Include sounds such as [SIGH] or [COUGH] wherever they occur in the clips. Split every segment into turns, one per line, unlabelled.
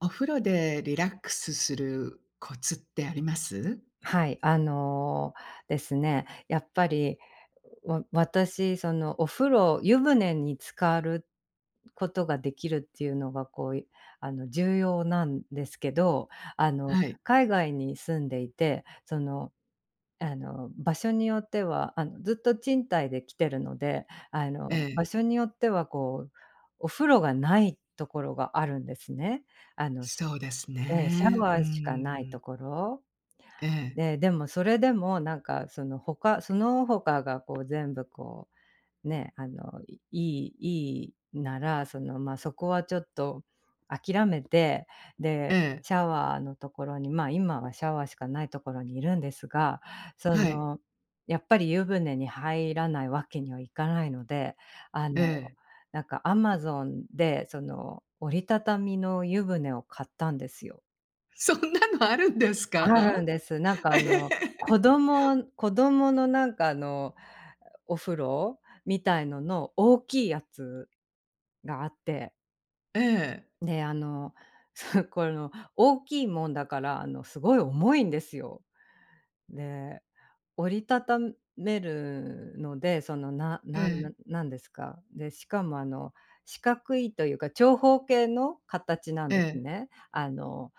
お風呂でリラックスするコツってあります？
はい、ですね、やっぱり、私、お風呂湯船に浸かることができるっていうのが、こう、いあの、重要なんですけど、あの、
はい。
海外に住んでいて、場所によっては、ずっと賃貸で来てるので、
え
場
え。
所によっては、お風呂がないところがあるんですね。あの、し
そうです
ええ、シャ
ね。う
ワ
ー
ーしかないと
ん。
ころ。
ええ、
でもそれでもなんかその他がこう全部こう、ね、あの、いいいいいなら、ま、あそこはちょっと諦めて、
え
で、
え、
シャワーのところに、今はシャワーしかないところにいるんですが、そ
はい、
の、やっぱり湯船に入らないわけにはいかないので、あ
え
の、
え。
なんかアマゾンでその折りたたみの湯船を買ったんですよ。
そんなのあるんです
あ
か？
るんです。
[LAUGHS] え
子
え。
供子供のお風呂みたいのの大きいやつがあって、で、あの、[LAUGHS] そこの大きいもんだから、すごい重いんですよ。で、折りたためるので、その、な
え
なんな
え、
なんですか、で、しかも四角いというか長方形の形なん
え
です
え、
ね。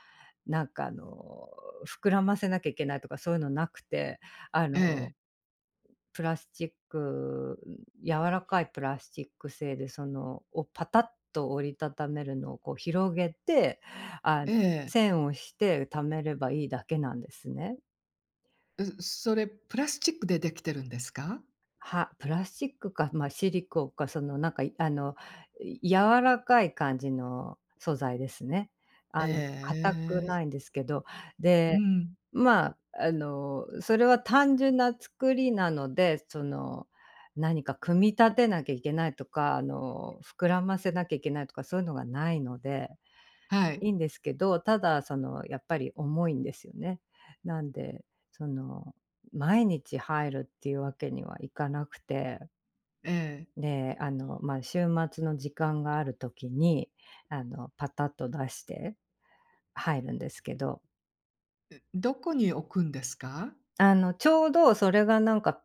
なんかあの、膨らませなきゃいけないとかそういうのなくて、あ
え
の、
え、
プラスチック柔らかいプラスチック製でをパタッと折りたためるのをこう広げて、あ
え
の、
え、
線をして溜めればいいだけなんですね。
それプラスチックでできてるんですか？
プラスチックか、まあ、シリコンか、そのなんか、いあの、い柔らかい感じの素材ですね。
え
硬く
ええ。
ないんですけど、
う
で、
ん、
まあ、それは単純な作りなので、何か組み立てなきゃいけないとか、膨らませなきゃいけないとか、そういうのがないので
はい、
いいんですけど、ただやっぱり重いんですよね。なんで、その、毎日入るっていうわけにはいかなくて、
ええ。
で、まあ、週末の時間がある時に、パタッと出して入るんですけど、
どこに置くんですか？
ちょうどそれがなんか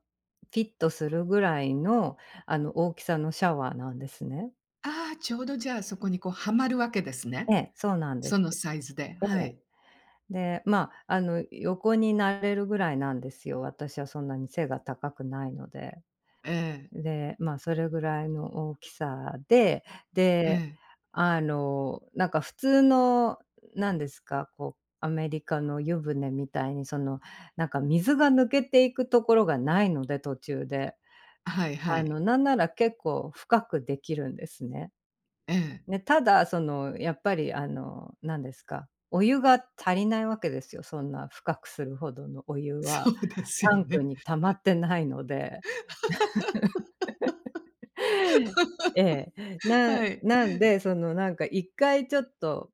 フィットするぐらいの、大きさのシャワーなんですね。
ああ、ちょうどじゃあそこにこうはまるわけです
え
ね。
え、そうなんで
そ
す。
のサイズで、は
ええ。
い。
で、まあ、横になれるぐらいなんですよ。私はそんなに背が高くないので。
ええ、
で、まあ、それぐらいの大きさで、
え
で、
え、
なんか普通の、なんですか、こう、アメリカの湯船みたいに、なんか水が抜けていくところがないので、途中で。
はいはい。
なんなら結構深くできるんですね。
ええ、
ね、ただ、やっぱり、なんですか、お湯が足りないわけですよ。そんな深くするほどのお湯
[LAUGHS] そ
は、
うです
タ
よ
ンク
ね。
に溜まってないので。ええ。な
はい。
なんで、なんか一回ちょっと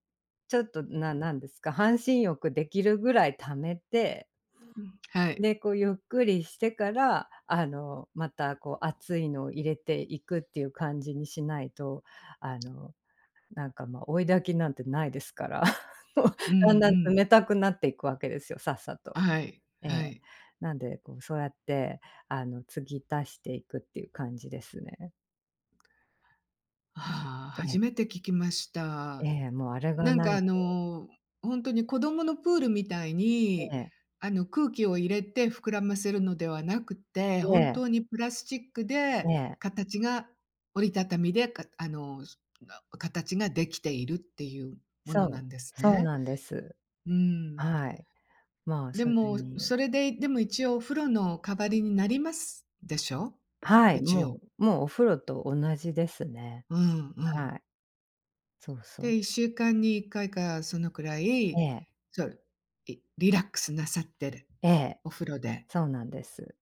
ちょっと、なんですか、半身浴できるぐらい溜めて、
うん、はい。
で、こうゆっくりしてから、またこう熱いのを入れていくっていう感じにしないと、あの追い焚きなんてないですから、[LAUGHS]
うんう
だんだん
ん。
冷たくなっていくわけですよ、さっさと。
はい、
え
は
え。
い。
なんで、こう、そうやって、継ぎ足していくっていう感じですね。
ああ、
え
初
え、
めて聞きまし
え
た。
え、もうあれが
なん
な
か
い
ほんとに子供のプールみたい
と
に、
ね
空気を入れて膨らませるのではなくて、
え
本
え、
当にプラスチック
え
で
え、
形が折りたたみで、かあの、な形ができているっていうも
そ
のな
う、
んです
そう
ね。
なんです。
うん。
はい。まあ、
で
それ
も、
に
それで、でも一応お風呂の代わりになりますでしょ？
はい、
一応。
もうお風呂と同じですね。
うんうん。
はい、そうそう。
で、1週間に1回かそのくら
え
い、
え、
そう、リラックスなさってる。
ええ、
お風呂で。
そうなんです。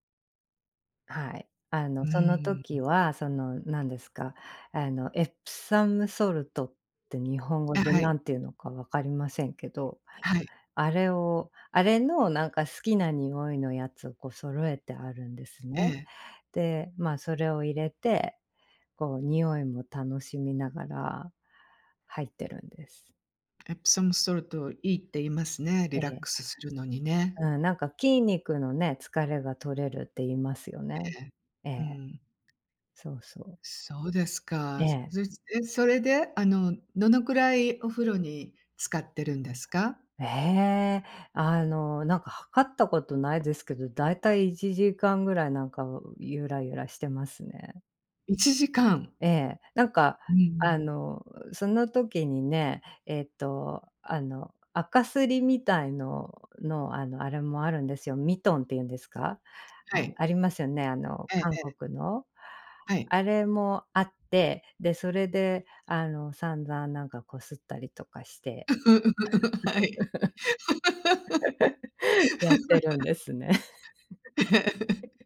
はい。
う
その
ー
時
ん。
は、何ですか、エプサムソルトって日本語
あ、
で
はい。
何ていうのか分かりませんけど、
はい。
あれをあれのなんか好きな匂いのやつをこう揃えてあるんですね。
ええ。
で、まあ、それを入れて、こう匂いも楽しみながら入ってるんです。
エプソムソルトいいって言いますね、リ
え
ラッ
え。
クスするのにね。
うん、なんか筋肉のね、疲れが取れるって言いますよね。
ええ。
え
う
え、
ん。
そうそう。
そうです
え
か。
え。
それで、どのくらいお風呂に浸かってるんですか
ええ、なんか測ったことないですけど、だいたい1時間ぐらいなんかゆらゆらしてますね。
？1時間。
ええ、
うん、
あの、その時にね、赤すりみたいのの、あれもあるんですよ。ミトンっていうんですか？
はい。
ありますよね、
ええ
韓
え
国の。
はい。
あれもあって、で、それで散々なんかこすったりとかして
[LAUGHS] はい。
やってるんですね。[LAUGHS]
[LAUGHS]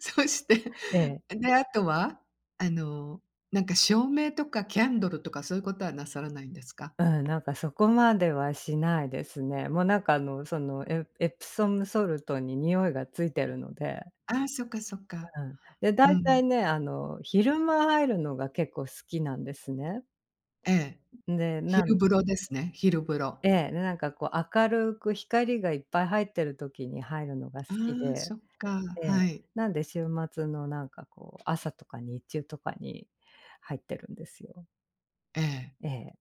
そして、
ええ。
で、あとは、あの、なんか照明とかキャンドルとかそういうことはなさらないんですか？
うん、なんかそこまではしないですね。もうなんかエプソムソルトに匂いがついてるので、
ああ、そっかそっか。
うん。で、
う
大
んうん。
体ね、昼間入るのが結構好きなんですね。
ええ。
で、なん
昼風呂ですね、昼風呂。
ええ、で、なんかこう明るく光がいっぱい入ってる時に入るのが好
あ
き
あ、
で、
そっか、
ええ、
はい。
なんで週末のなんかこう、朝とか日中とかに入ってるんですよ。
ええ。
ええ、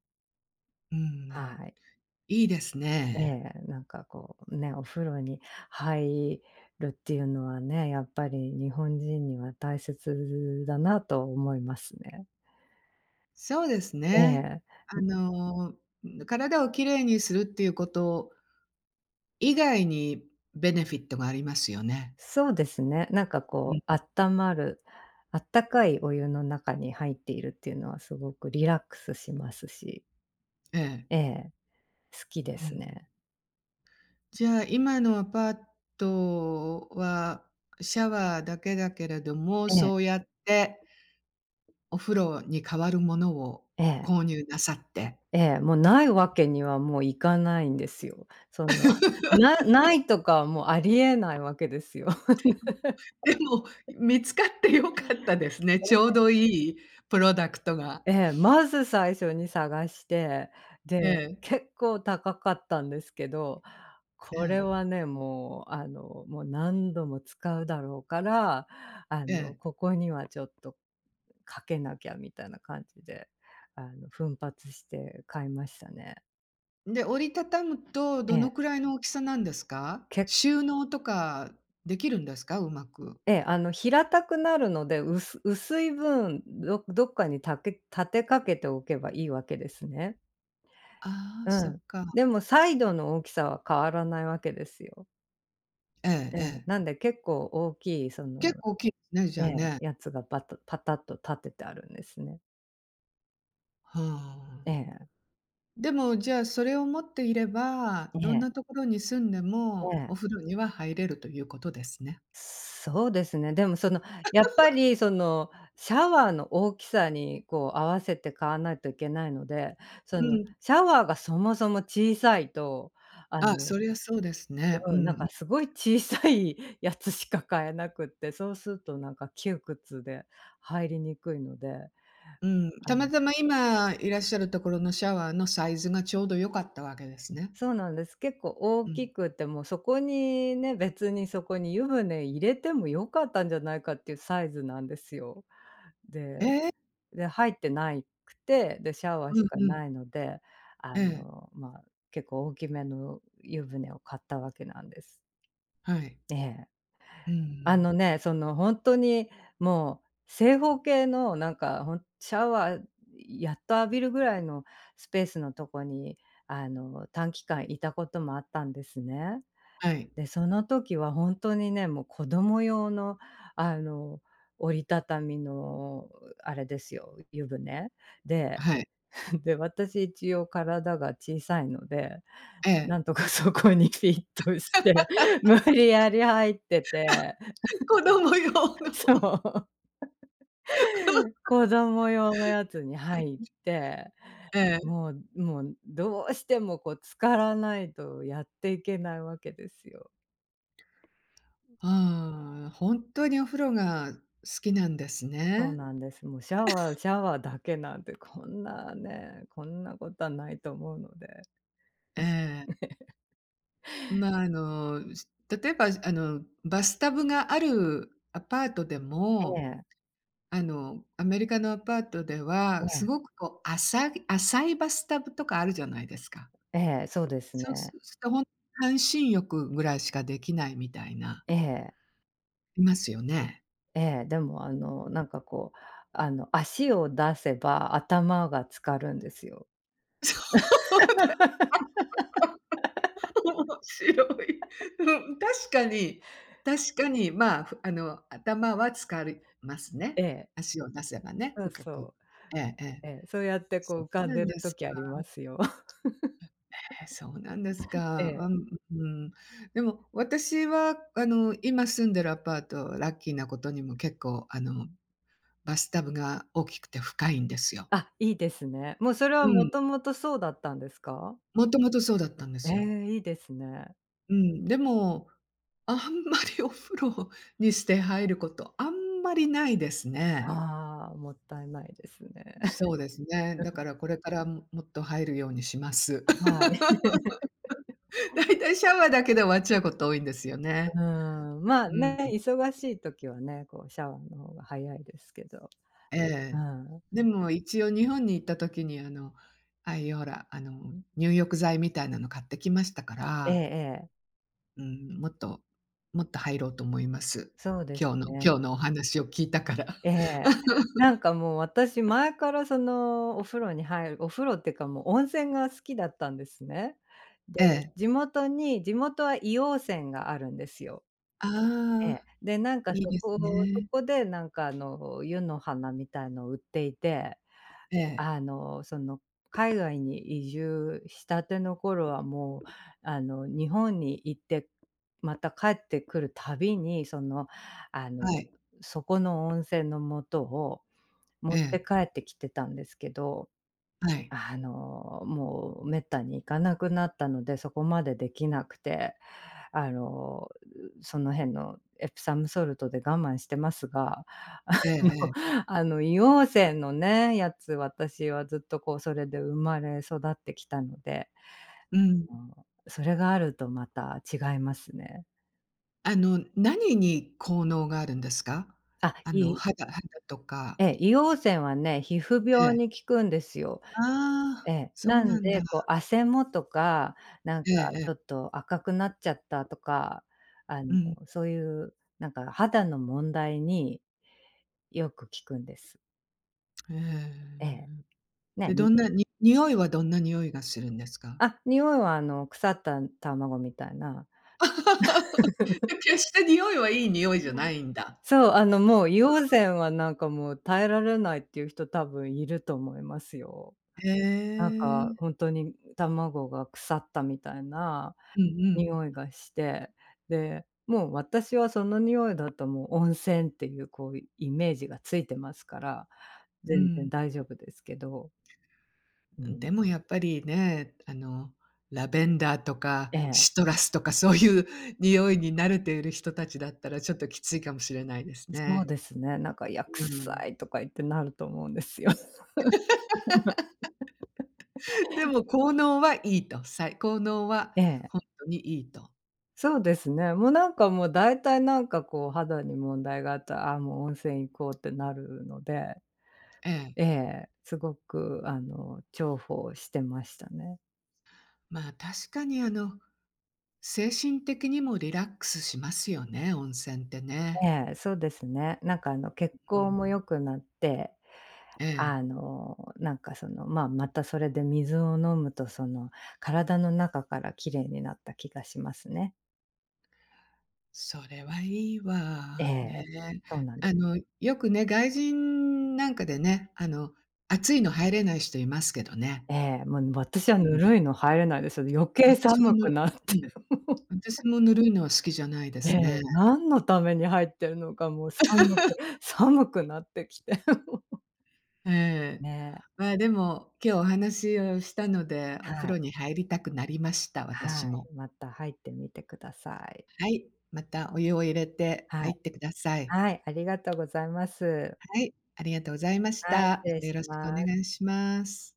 うん。
はい。
いいです
え
ね。
え、なんかこうね、お風呂に入るっていうのはね、やっぱり日本人には大切だなと思いますね。
そうです
え
ね。
え、
あの、体をきれいにするっていうこと以外にベネフィットがありますよね。
そうですね。なんか
う
こ
ん、
う、あったまる、あったかいお湯の中に入っているっていうのはすごくリラックスしますし、
ええ。
ええ、好き
う
です
ん。
ね。
じゃあ、今のアパートはシャワーだけだけれども、
ええ、
そうやってお風呂に代わるものを
ええ、
購入なさって。
ええ、もうないわけにはいかないんですよ。ないとかはもうありえないわけですよ。
でも、見つかって良かったですね。ちょう
[LAUGHS]
どいいプロダクトが。
ええ、まず最初に探して、で、
ええ、
結構高かったんですけど、
え
これ
え、
はね、もう、もう何度も使うだろうから、
ええ。
ここにはちょっとかけなきゃみたいな感じで、奮発して買いましたね。
で、折りたたむと
え
どの
え、
くらいの大きさなんですか？
け
収納とかできるんですか？うまく。
ええ、平たくなるので、薄い分、っかに立てかけておけばいいわけですね。
ああ、
う
そっ
ん。
か。
でもサイドの大きさは変わらないわけですよ。
ええ
ええ、
ええ。
なんで結構大きいその、
結構大きいですね、じ
え
ゃあ
え、
ね。
やつがバタパタッと立ててあるんですね。
はあ。
ええ、
でも、じゃあ、それを持っていれば、
え
どん
え、
なところに住んで
え
も、
え。
お風呂には入れるということですね。
そうですね。でもやっぱりシャワーの大きさにこう合わせて買わないといけないので、そ
う
の
ん。
シャワーがそもそも小さいと、あ
あ、
の
そりゃそうですね。うん
うん、
う
なん
ん。
かすごい小さいやつしか買えなくって、そうするとなんか窮屈で入りにくいので、
うん。
あ
たま
の
たま今いらっしゃるところのシャワーのサイズがちょうど良かったわけですね。
そうなんです。結構大
うん。
きくて、もうそこにね、別にそこに湯船入れても良かったんじゃないかっていうサイズなんですよ。
え
で
え？
で、入ってないくて、で、シャワー
う
し
ん
か
うん。
ないので、
ええ、
まあ、結構大きめの湯船を買ったわけなんです。
はい。
ええ。
うんう
あ
ん。
のね、その本当にもう正方形のなんか、シャワーやっと浴びるぐらいのスペースのとこに、短期間いたこともあったんですね。
はい、
で、その時は本当にね、もう子供用の、あの、折りたたみのあれですよ、湯船で、
はい。
[LAUGHS] で、私一応体が小さいので、
え
な
え。
んとか [LAUGHS] そこにフィットして、[LAUGHS] 無理やり入ってて、
[LAUGHS] 子供用の。
[LAUGHS] そう、子供用のやつに入って、
[LAUGHS] ええ。
もうどうしてもこう浸からないとやっていけないわけですよ。
ああ、本当にお風呂が好きなんです
そう
ね。
なんです。もうシャワーだけなんて、こんなね、こんなことはないと思うので。
ええ。まあ、例えば、バスタブがあるアパートで
え
も、
え、
アメリカのアパートでは、
え
す
え、
ごくこう、浅い浅いバスタブとかあるじゃないですか。
ええ、そうですね。
そうすると、半身浴ぐらいしかできないみたいな、
ええ、
いますよね。
ええ、でもなんかこう、足を出せば頭が浸かるんですよ。
[LAUGHS] そう。面白い。うん、確かに確かに、まあ、ふあの、頭は疲れますね。
ええ、
足を出せばね、
そう
深く。
そ
ええええ。
う。ええ、そうやって
そ
こう浮
う
かん
な
で
ん
る
です
時あり
か。
ますよ。[LAUGHS]
ええ、そうなんです
え
か。う
え。
んうん。でも、私は、今住んでるアパート、ラッキーなことにも結構、バスタブが大きくて深いんですよ。
あ、いいですね。もうそれ
う
はも
ん、
ともとそうだったんですか？
もともとそうだったんで
え
すよ。
え、いいですね。
うん、でもあんまりお風呂にして入ること、[LAUGHS] あんまりないですね。
ああ、もったいないですね。
そ
[LAUGHS]
うですね。だからこれから、もっと入るようにします。
はい。
[LAUGHS] だいたいシャワーだけで終わっちゃうこと多いんですよね。
うん、まあ、
うん、
ね、忙しい時はね、こうシャワーの方が早いですけど。
え
う
え。
ん。
でも一応日本に行った時に、ああいうほら、入浴剤みたいなの買ってきましたか
ええ
ら、
ええ、
うん、もっともっと入ろうと思います。
そうで
今
す
日の
ね。
今日のお話を聞いたから。
ええ。
[LAUGHS]
なんかもう私前からそのお風呂に入るお風呂っていうかもう温泉が好きだったんですね。で、
ええ。
地元は硫黄泉があるんですよ。
あ
ええ。
あ、
で、なんか
いい
そ
です
こそ
ね。
こでなんか湯の花みたいのを売っていて
ええ。
あの、その、海外に移住したての頃はもう、日本に行って、また帰ってくるたびに、あの、
はい。
そこの温泉の素を持っ
え
て
え、
帰ってきてたんですけど、
はい。
もう滅多に行かなくなったので、そこまでできなくて、あの、その辺のエプサムソルトで我慢してますが。
ええええ。
[LAUGHS] 硫黄泉のね、やつ、私はずっとこう、それで生まれ育ってきたので、
うん。
うん、それがあるとまた違いますね。
何に効能があるんですか？
あ、い
肌とか。
ええ、硫黄泉はね、皮膚
え
病
え。
に効くんですよ。
あ
え
あ、
え、
そう
なん
なんだ。
で、こう、汗もとか、なん
え
か
ええ
ちょっ
え。
と赤くなっちゃったとか、あ
う
の、
ん。
そういうなんか肌の問題によく効くんです。
へ
ええ、
え。
ね、
で、
に、
どんな匂いがするんですか？
あ、匂いは腐った卵みたいな。
[LAUGHS] で、決して匂いはいい匂いじゃないんだ。
そう、もう溶泉はなんかもう耐えられないっていう人多分いると思いますよ。
へ
なんかほ
え。
んとに卵が腐ったみたいな
うんうん。
匂いがして、で、もう私はその匂いだともう温泉っていうこうイメージがついてますから、
う
全然
ん、
大丈夫ですけど、う
で
ん。
もやっぱりね、ラベンダーとか
ええ、
シトラスとかそういう匂いに慣れている人たちだったらちょっときついかもしれないです
そう
ね。
ですね、なんか「いや、
う
臭
ん。
い」とか言ってなると思うんですよ。[LAUGHS]
[LAUGHS] でも効能はいいと、効能は
ええ。
ほんとにいいと。
そうですね。もうなんかもう大体なんかこう肌に問題があったら、あ、もう温泉行こうってなるので、
ええ。
ええ、すごく重宝してましたね。
まあ、確かに精神的にもリラックスしますよね、温泉ってね。
ええ、そうですね。なんか血
う
行も
ん。
良くなって、
ええ。
まあ、またそれで水を飲むとその、体の中から綺麗になった気がしますね。
それはいい
え
わ。ね。
え、そうなんです。
よくね、外人なんかでね、暑いの入れない人いますけどね。
ええ、もう私は
う
ぬ
ん。
るいの入れないですよ。余計
私も
寒
ぬ
く
る
なっ
う
て。
ん、私もぬるいのは好きじゃないで
え
す
え、
ね。
何のために入ってるのか、もう寒く [LAUGHS] 寒くなってきて。[LAUGHS]
ええ。
ね、
まあ、でも、今日お話をしたので、
は
お風
い、
呂に入りたくなりました、
は
私
い、
も。
また入ってみてください。
はい、またお湯を入れて
は
入
い、
ってください。
はい、ありがとうございます。
はい、ありがとうございまし
はい、
た。
失
ま
礼
たよ
し
ろしく
ま
お願
す。
いします。